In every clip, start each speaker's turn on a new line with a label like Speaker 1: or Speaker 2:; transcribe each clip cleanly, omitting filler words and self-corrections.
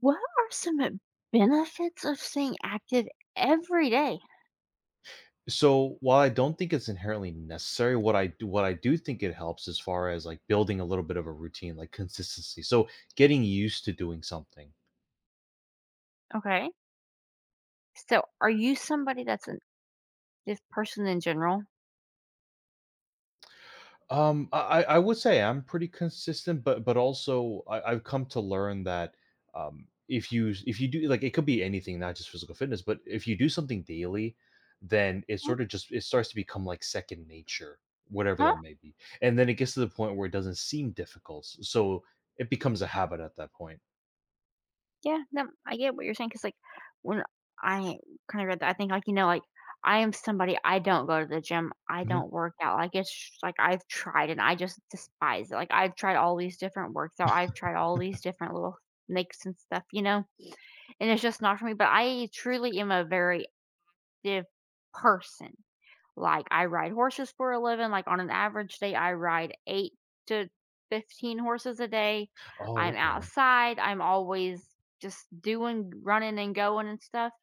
Speaker 1: What are some benefits of staying active every day?
Speaker 2: So while I don't think it's inherently necessary, what I do think it helps as far as like building a little bit of a routine, like consistency. So getting used to doing something.
Speaker 1: Okay. So, are you somebody that's an this person in general?
Speaker 2: I would say I'm pretty consistent, but I've come to learn that if you do like it could be anything, not just physical fitness, but if you do something daily, then it
Speaker 1: Mm.
Speaker 2: sort of just it starts to become like second nature, whatever
Speaker 1: Huh?
Speaker 2: that may be, and then it gets to the point where it doesn't seem difficult, so it becomes a habit at that point.
Speaker 1: Yeah, no, I get what you're saying. Cause like when I kind of read that, I think like like I am somebody. I don't go to the gym. I don't work out. Like like I've tried and I just despise it. Like I've tried all these different workouts. I've tried all these different little makes and stuff, and it's just not for me. But I truly am a very active person. Like, I ride horses for a living, like, on an average day, I ride 8 to 15 horses a day.
Speaker 2: Oh,
Speaker 1: I'm
Speaker 2: okay.
Speaker 1: outside, I'm always just doing running and going and stuff.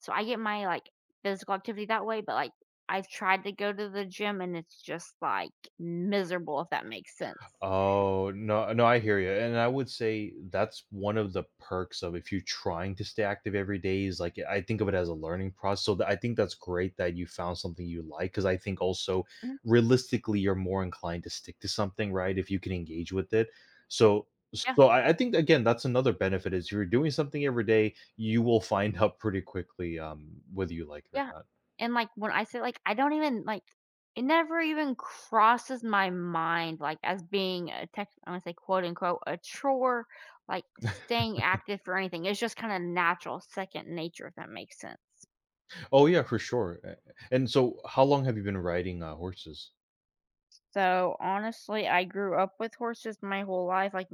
Speaker 1: So I get my, like, physical activity that way, but, like, I've tried to go to the gym, and it's just, like, miserable, if that makes sense.
Speaker 2: Oh, no, no, I hear you. And I would say that's one of the perks of if you're trying to stay active every day is like I think of it as a learning process. So that I think that's great that you found something you like because I think also
Speaker 1: Mhm.
Speaker 2: realistically you're more inclined to stick to something, right? If you can engage with it. So
Speaker 1: Yeah.
Speaker 2: so I think again that's another benefit is you're doing something every day, you will find out pretty quickly whether you like it or
Speaker 1: Yeah,
Speaker 2: not.
Speaker 1: and, like, when I say, like, I don't even, like it never even crosses my mind, like, as being a tech I'm gonna say, quote, unquote, "a chore," like, staying active for anything. It's just kinda natural, second nature, if that makes sense.
Speaker 2: Oh yeah, for sure. And so how long have you been riding horses?
Speaker 1: So, honestly, I grew up with horses my whole life, like,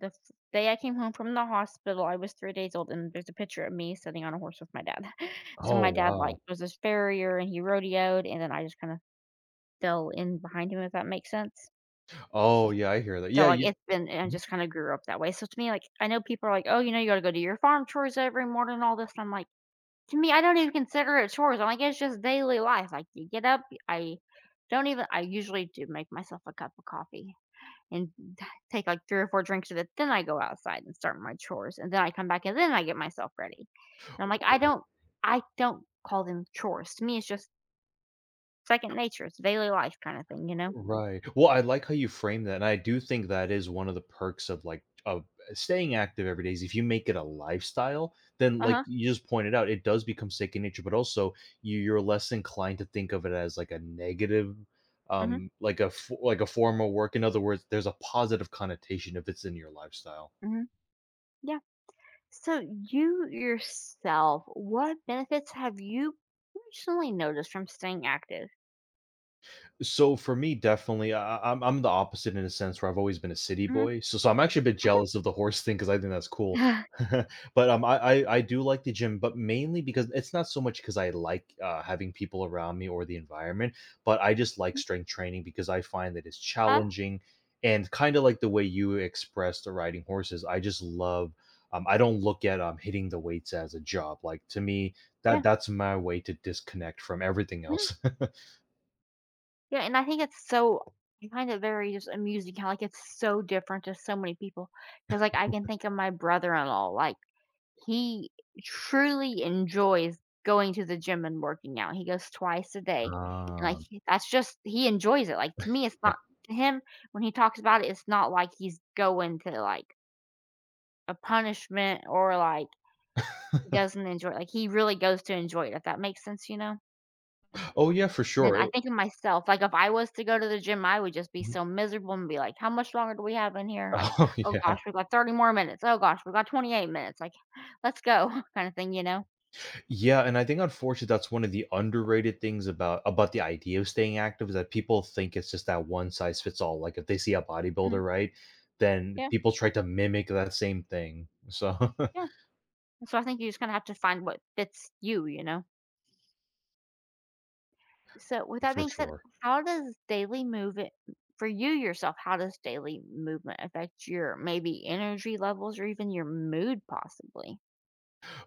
Speaker 1: the f day I came home from the hospital, I was 3 days old, and there's a picture of me sitting on a horse with my dad. So,
Speaker 2: Oh
Speaker 1: my dad, like,
Speaker 2: wow.
Speaker 1: was this farrier, and he rodeoed, and then I just kinda fell in behind him, if that makes sense.
Speaker 2: Oh, yeah, I hear that.
Speaker 1: So,
Speaker 2: Yeah,
Speaker 1: like,
Speaker 2: you
Speaker 1: it's been and I just kinda grew up that way. So, to me, like, I know people are like, "Oh, you know, you gotta go do your farm chores every morning and all this," and I'm like, to me, I don't even consider it chores. I'm like, it's just daily life. Like, you get up, I don't even I usually do make myself a cup of coffee and take, like, 3 or 4 drinks of it, then I go outside and start my chores, and then I come back, and then I get myself ready. And I'm like, I don't call them chores. To me, it's just second nature. It's daily life kinda thing, you know?
Speaker 2: right. Well, I like how you frame that, and I do think that is one of the perks of, like of staying active every day is if you make it a lifestyle, then, like
Speaker 1: Uh-huh.
Speaker 2: you just pointed out, it does become second nature, but also you're less inclined to think of it as, like, a negative,
Speaker 1: Mhm.
Speaker 2: like a f like a form of work. In other words, there's a positive connotation if it's in your lifestyle.
Speaker 1: Mhm. Yeah. So you yourself, what benefits have you personally noticed from staying active?
Speaker 2: So for me, definitely, I'm the opposite in a sense where I've always been a city
Speaker 1: Hmm.
Speaker 2: boy. So I'm actually a bit jealous of the horse thing because I think that's cool.
Speaker 1: Okay.
Speaker 2: But I do like the gym, but mainly because it's not so much because I like having people around me or the environment, but I just like
Speaker 1: Mm.
Speaker 2: strength training because I find that it's
Speaker 1: Uh,
Speaker 2: challenging and kind of like the way you expressed the riding horses. I just love. I don't look at hitting the weights as a job. Like to me,
Speaker 1: yeah,
Speaker 2: that's my way to disconnect from everything
Speaker 1: mhm,
Speaker 2: else.
Speaker 1: yeah, and I think it's so. I find it very just amusing how like it's so different to so many people. Because like I can think of my brother-in-law, like he truly enjoys going to the gym and working out. He goes twice a day, and
Speaker 2: Ah.
Speaker 1: like that's just he enjoys it. Like to me, it's not to him when he talks about it. It's not like he's going to like a punishment or, like, doesn't enjoy it. Like, he really goes to enjoy it, if that makes sense, you know?
Speaker 2: Oh, yeah, for
Speaker 1: Then
Speaker 2: sure,
Speaker 1: I
Speaker 2: it
Speaker 1: think of myself, like, if I was to go to the gym, I would just be
Speaker 2: mhm.
Speaker 1: so miserable and be like, "How much longer do we have in here?" Like,
Speaker 2: Oh,
Speaker 1: "Oh
Speaker 2: yeah.
Speaker 1: gosh, we got 30 more minutes. Oh gosh, we got 28 minutes." Like, "Let's go," kinda thing, you know?
Speaker 2: Yeah, and I think unfortunately that's one of the underrated things about the idea of staying active is that people think it's just that one size fits all, like, if they see a
Speaker 1: Mhm.
Speaker 2: bodybuilder, right, then
Speaker 1: Yeah,
Speaker 2: people try to mimic that same thing, so
Speaker 1: yeah. So I think you just kinda have to find what fits you, you know? So with that
Speaker 2: for
Speaker 1: being said,
Speaker 2: sure.
Speaker 1: how does daily movement for you yourself, how does daily movement affect your maybe energy levels or even your mood possibly?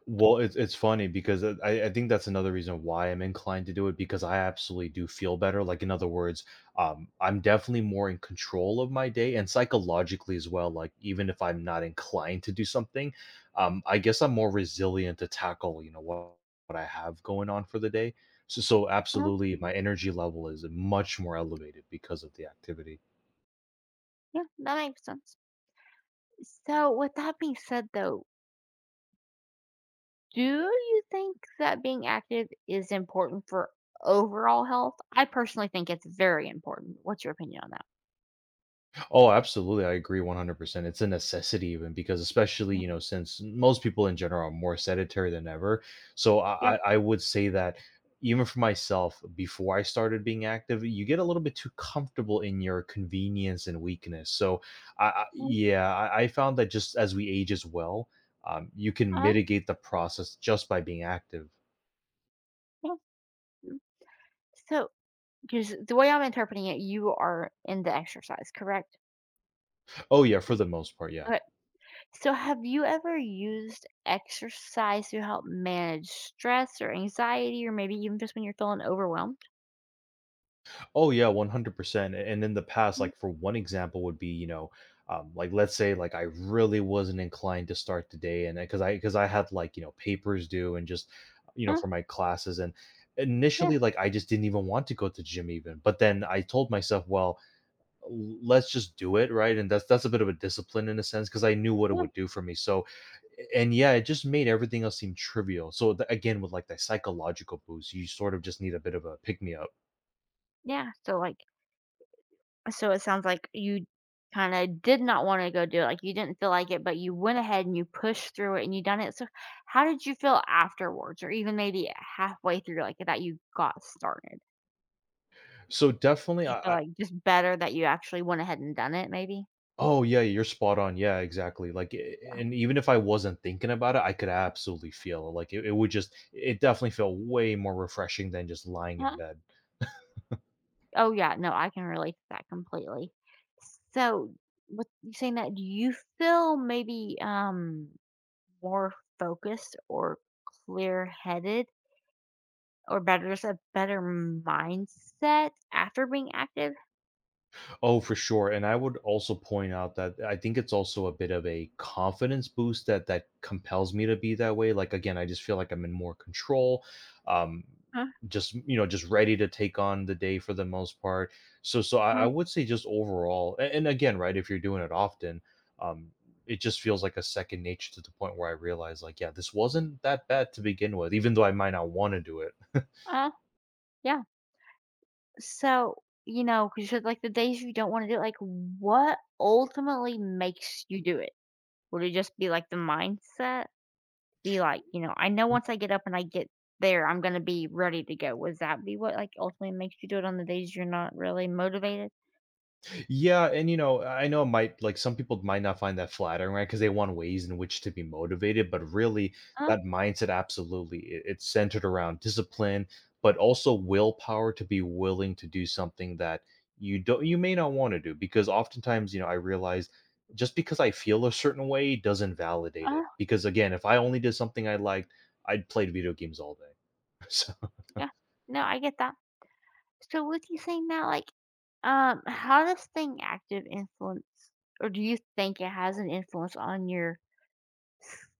Speaker 2: Well, it's funny because I think that's another reason why I'm inclined to do it because I absolutely do feel better. Like in other words, I'm definitely more in control of my day and psychologically as well. Like even if I'm not inclined to do something, I guess I'm more resilient to tackle you know what I have going on for the day. So
Speaker 1: Uh-huh.
Speaker 2: absolutely, my energy level is much more elevated because of the activity.
Speaker 1: Yeah, that makes sense. So, with that being said, though, do you think that being active is important for overall health? I personally think it's very important. What's your opinion on that?
Speaker 2: Oh, absolutely. I agree 100%. It's a necessity even because especially,
Speaker 1: Mhm.
Speaker 2: you know, since most people in general are more sedentary than ever. So
Speaker 1: Yeah.
Speaker 2: I I I would say that even for myself, before I started being active, you get a little bit too comfortable in your convenience and weakness. So I
Speaker 1: Mm.
Speaker 2: yeah, I found that just as we age as well, you can
Speaker 1: Uh-huh.
Speaker 2: mitigate the process just by being active.
Speaker 1: Yeah. Mm. So, because the way I'm interpreting it, you are into exercise, correct?
Speaker 2: Oh yeah, for
Speaker 1: Like,
Speaker 2: the most part, yeah.
Speaker 1: okay. So, have you ever used exercise to help manage stress or anxiety, or maybe even just when you're feeling overwhelmed?
Speaker 2: Oh yeah, 100%. And in the past,
Speaker 1: Mm.
Speaker 2: like for one example would be, you know, like let's say like I really wasn't inclined to start the day and because I had like, you know, papers due and just, you know,
Speaker 1: Uh,
Speaker 2: for my classes and
Speaker 1: yeah.
Speaker 2: initially like I just didn't even want to go to gym even. But then I told myself, well, let's just do it, right? And that's a bit of a discipline in a sense because I knew what it
Speaker 1: Yeah.
Speaker 2: would do for me. So and yeah, it just made everything else seem trivial. So again, with like that psychological boost, you sort of just need a bit of a pick me up.
Speaker 1: Yeah. So, like, so it sounds like you kinda did not wanna go do it, like, you didn't feel like it, but you went ahead and you pushed through it and you done it. So how did you feel afterwards or even maybe halfway through, like, that you got started?
Speaker 2: So definitely,
Speaker 1: Did you feel,
Speaker 2: I,
Speaker 1: like, just better that you actually went ahead and done it maybe?
Speaker 2: Oh, yeah, you're spot on. Yeah, exactly. Like, and even if I wasn't thinking about it, I could absolutely feel it. Like, it would just, it definitely felt way more refreshing than just lying in
Speaker 1: Huh.
Speaker 2: bed.
Speaker 1: Oh, yeah, no, I can relate to that completely. So with you saying that, do you feel maybe, more focused or clear-headed or better just a better mindset after being active.
Speaker 2: Oh, for sure. And I would also point out that I think it's also a bit of a confidence boost that compels me to be that way. Like again, I just feel like I'm in more control. Um
Speaker 1: Uh,
Speaker 2: just you know just ready to take on the day for the most part so I
Speaker 1: uh,
Speaker 2: would say just overall and, again right if you're doing it often um it just feels like a second nature to the point where I realize like yeah this wasn't that bad to begin with even though I might not want to do it
Speaker 1: uh, yeah. So, 'cause just, like, the days you don't wanna do it, like, what ultimately makes you do it? Would it just be, like, the mindset? Be like, "I know once I get up and I get there, I'm gonna be ready to go." Would that be what, like, ultimately makes you do it on the days you're not really motivated?
Speaker 2: Yeah, and you know, I know it might like some people might not find that flattering, right? Because they want ways in which to be motivated, but really
Speaker 1: Uh,
Speaker 2: that mindset absolutely it's centered around discipline, but also willpower to be willing to do something that you may not want to do because oftentimes, you know, I realize just because I feel a certain way doesn't validate
Speaker 1: uh,
Speaker 2: it. Because again, if I only did something I liked, I'd played video games all day. So
Speaker 1: yeah. No, I get that. So with you saying that, like, how does staying active influence, or do you think it has an influence on your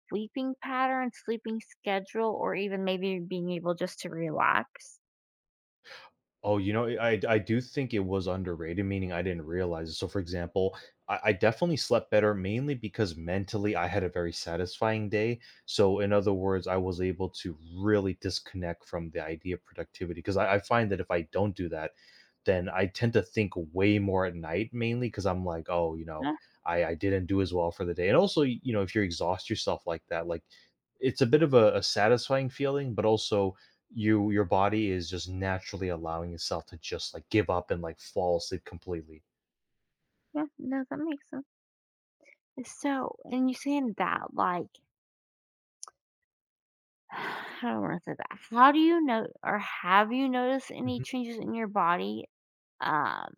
Speaker 1: sleeping pattern, sleeping schedule, or even maybe being able just to relax?
Speaker 2: oh, you know, I do think it was underrated, meaning I didn't realize it. So, for example, I definitely slept better mainly because mentally I had a very satisfying day. So, in other words, I was able to really disconnect from the idea of productivity because I find that if I don't do that, then I tend to think way more at night mainly because I'm like, oh, you know,
Speaker 1: Yeah,
Speaker 2: I didn't do as well for the day. And also, you know, if you exhaust yourself like that, like it's a bit of a satisfying feeling, but also your body is just naturally allowing itself to just like give up and like fall asleep completely.
Speaker 1: yeah, no, that makes sense. So, and you saying that, like, how do I want to say that? How do you know, or have you noticed any changes in your body? Um,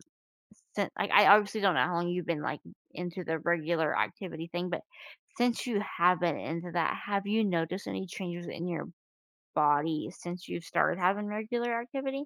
Speaker 1: since like I obviously don't know how long you've been like into the regular activity thing, but since you have been into that, have you noticed any changes in your body since you've started having regular activity?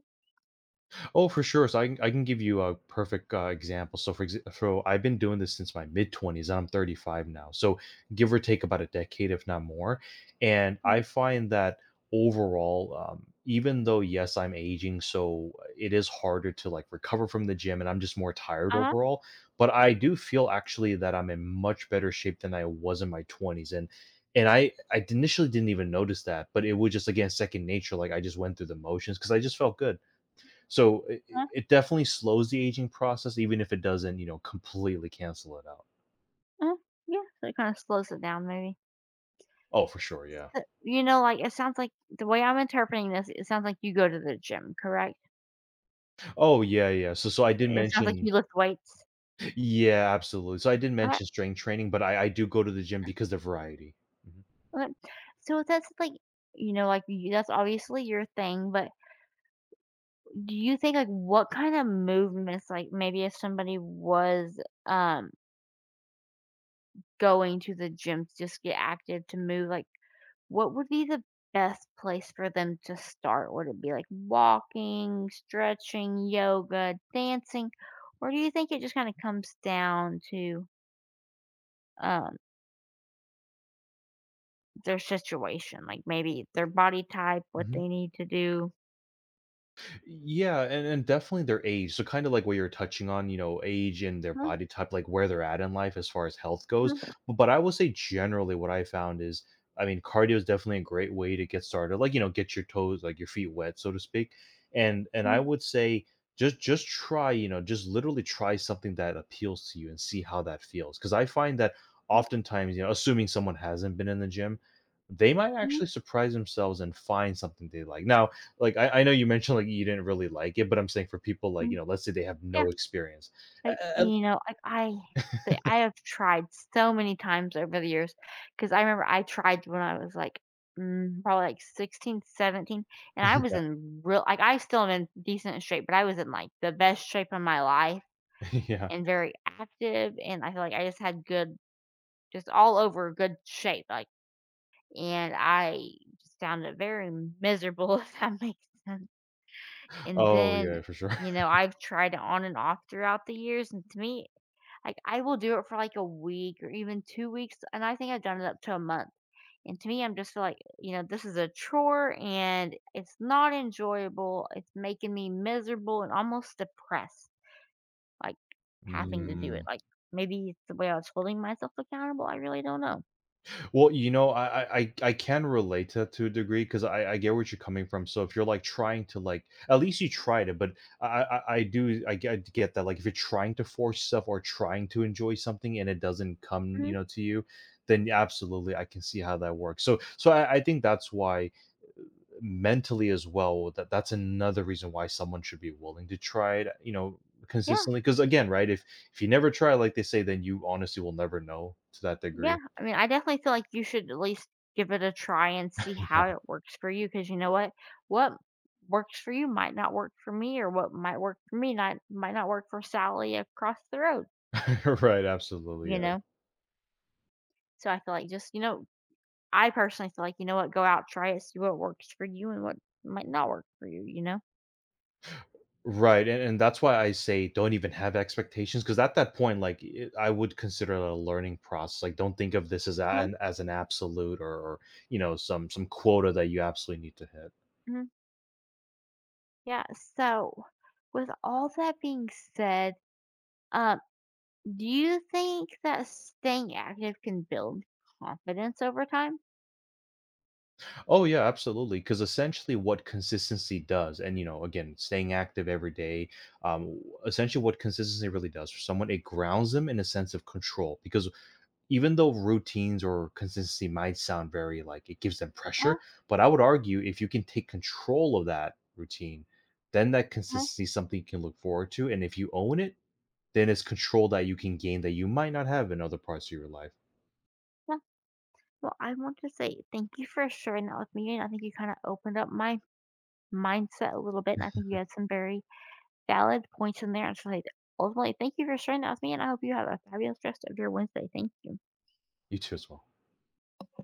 Speaker 2: Oh, for sure. So I can give you a perfect example. So for example, so I've been doing this since my mid 20s and I'm 35 now. So give or take about a decade, if not more. And I
Speaker 1: Mhm.
Speaker 2: find that overall, even though yes, I'm aging, so it is harder to like recover from the gym and I'm just more tired
Speaker 1: Uh-huh.
Speaker 2: overall, but I do feel actually that I'm in much better shape than I was in my 20s. And and I initially didn't even notice that, but it was just again second nature. Like I just went through the motions because I just felt good. So it,
Speaker 1: Uh-huh.
Speaker 2: it definitely slows the aging process, even if it doesn't, you know, completely cancel it out.
Speaker 1: Uh-huh. Yeah. So it kind of slows it down maybe.
Speaker 2: Oh, for sure, yeah.
Speaker 1: So, like it sounds like the way I'm interpreting this, it sounds like you go to the gym, correct?
Speaker 2: Oh, yeah, yeah.
Speaker 1: It sounds like you lift weights.
Speaker 2: Yeah, absolutely. So I did
Speaker 1: Okay.
Speaker 2: mention strength training, but I do go to the gym because the variety.
Speaker 1: Okay. So that's like like you, that's obviously your thing, but do you think, like, what kind of movements, like, maybe if somebody was, um, going to the gym to just get active to move, like, what would be the best place for them to start? Would it be, like, walking, stretching, yoga, dancing? Or do you think it just kinda comes down to, um, their situation, like, maybe their body type, what
Speaker 2: Mhm.
Speaker 1: they need to do?
Speaker 2: Yeah, and definitely their age. So kind of like what you're touching on, you know, age and their
Speaker 1: Mhm,
Speaker 2: body type, like where they're at in life as far as health goes.
Speaker 1: mhm,
Speaker 2: But I will say generally what I found is, I mean, cardio is definitely a great way to get started. Like, you know, get your toes, like your feet wet, so to speak. And I would say just try, you know, just literally try something that appeals to you and see how that feels. Because I find that oftentimes, you know, assuming someone hasn't been in the gym, they might
Speaker 1: mhm,
Speaker 2: actually surprise themselves and find something they like. Now, like I know you mentioned like you didn't really like it, but I'm saying for people like
Speaker 1: mhm.
Speaker 2: you know, let's say they have no experience. Uh,
Speaker 1: Like,
Speaker 2: uh,
Speaker 1: like, I say I have tried so many times over the years. Because I remember I tried when I was, like, probably, like, 16, 17, and I was
Speaker 2: yeah,
Speaker 1: in real like, I still am in decent shape, but I was in, like, the best shape of my life
Speaker 2: yeah.
Speaker 1: and very active, and I feel like I just had good just all over good shape, like, and I just found it very miserable, if that makes sense, and
Speaker 2: Oh
Speaker 1: then,
Speaker 2: yeah, for sure.
Speaker 1: I've tried it on and off throughout the years, and to me like I will do it for like a week or even 2 weeks, and I think I've done it up to a month. And to me, I'm just like, this is a chore and it's not enjoyable. It's making me miserable and almost depressed, like having to do it.
Speaker 2: Mm.
Speaker 1: Like maybe it's the way I was holding myself accountable. I really don't know.
Speaker 2: Well, you know, I can relate to that to a degree because I get where you're coming from. So if you're like trying to like, at least you tried it. But I do I get that like if you're trying to force stuff or trying to enjoy something and it doesn't come you
Speaker 1: Mhm.
Speaker 2: know to you, then yeah, absolutely I can see how that works. So I think that's why mentally as well that's another reason why someone should be willing to try it you know
Speaker 1: Yeah.
Speaker 2: consistently because again right if you never try like they say then you honestly will never know to that degree
Speaker 1: Yeah, I mean, I definitely feel like you should at least give it a try and see
Speaker 2: yeah
Speaker 1: how it works for you because you know what? What works for you might not work for me, or what might work for me not might not work for Sally across the road,
Speaker 2: right absolutely
Speaker 1: you
Speaker 2: yeah.
Speaker 1: know? So I feel like just, I personally feel like, you know what, go out, try it, see what works for you and what might not work for you, you know?
Speaker 2: Right and that's why I say don't even have expectations because at that point I would consider it a learning process like don't think of this as
Speaker 1: Huh?
Speaker 2: an absolute or you know some quota that you absolutely need to hit
Speaker 1: Mhm. Yeah. So with all that being said, um, do you think that staying active can build confidence over time?
Speaker 2: oh yeah, absolutely. Because essentially, what consistency does, and you know, again, staying active every day, um, essentially, what consistency really does for someone, it grounds them in a sense of control. Because even though routines or consistency might sound very like it gives them
Speaker 1: Uh-huh.
Speaker 2: pressure, but I would argue if you can take control of that routine, then that consistency is something you can look forward to, and if you own it, then it's control that you can gain that you might not have in other parts of your life.
Speaker 1: Yeah, well, I want to say thank you for sharing that with me, and I think you kind of opened up my mindset a little bit, and I think you had some very valid points in there. And so, like, ultimately, thank you for sharing that with me, and I hope you have a fabulous rest of your Wednesday. Thank you.
Speaker 2: You too, as well.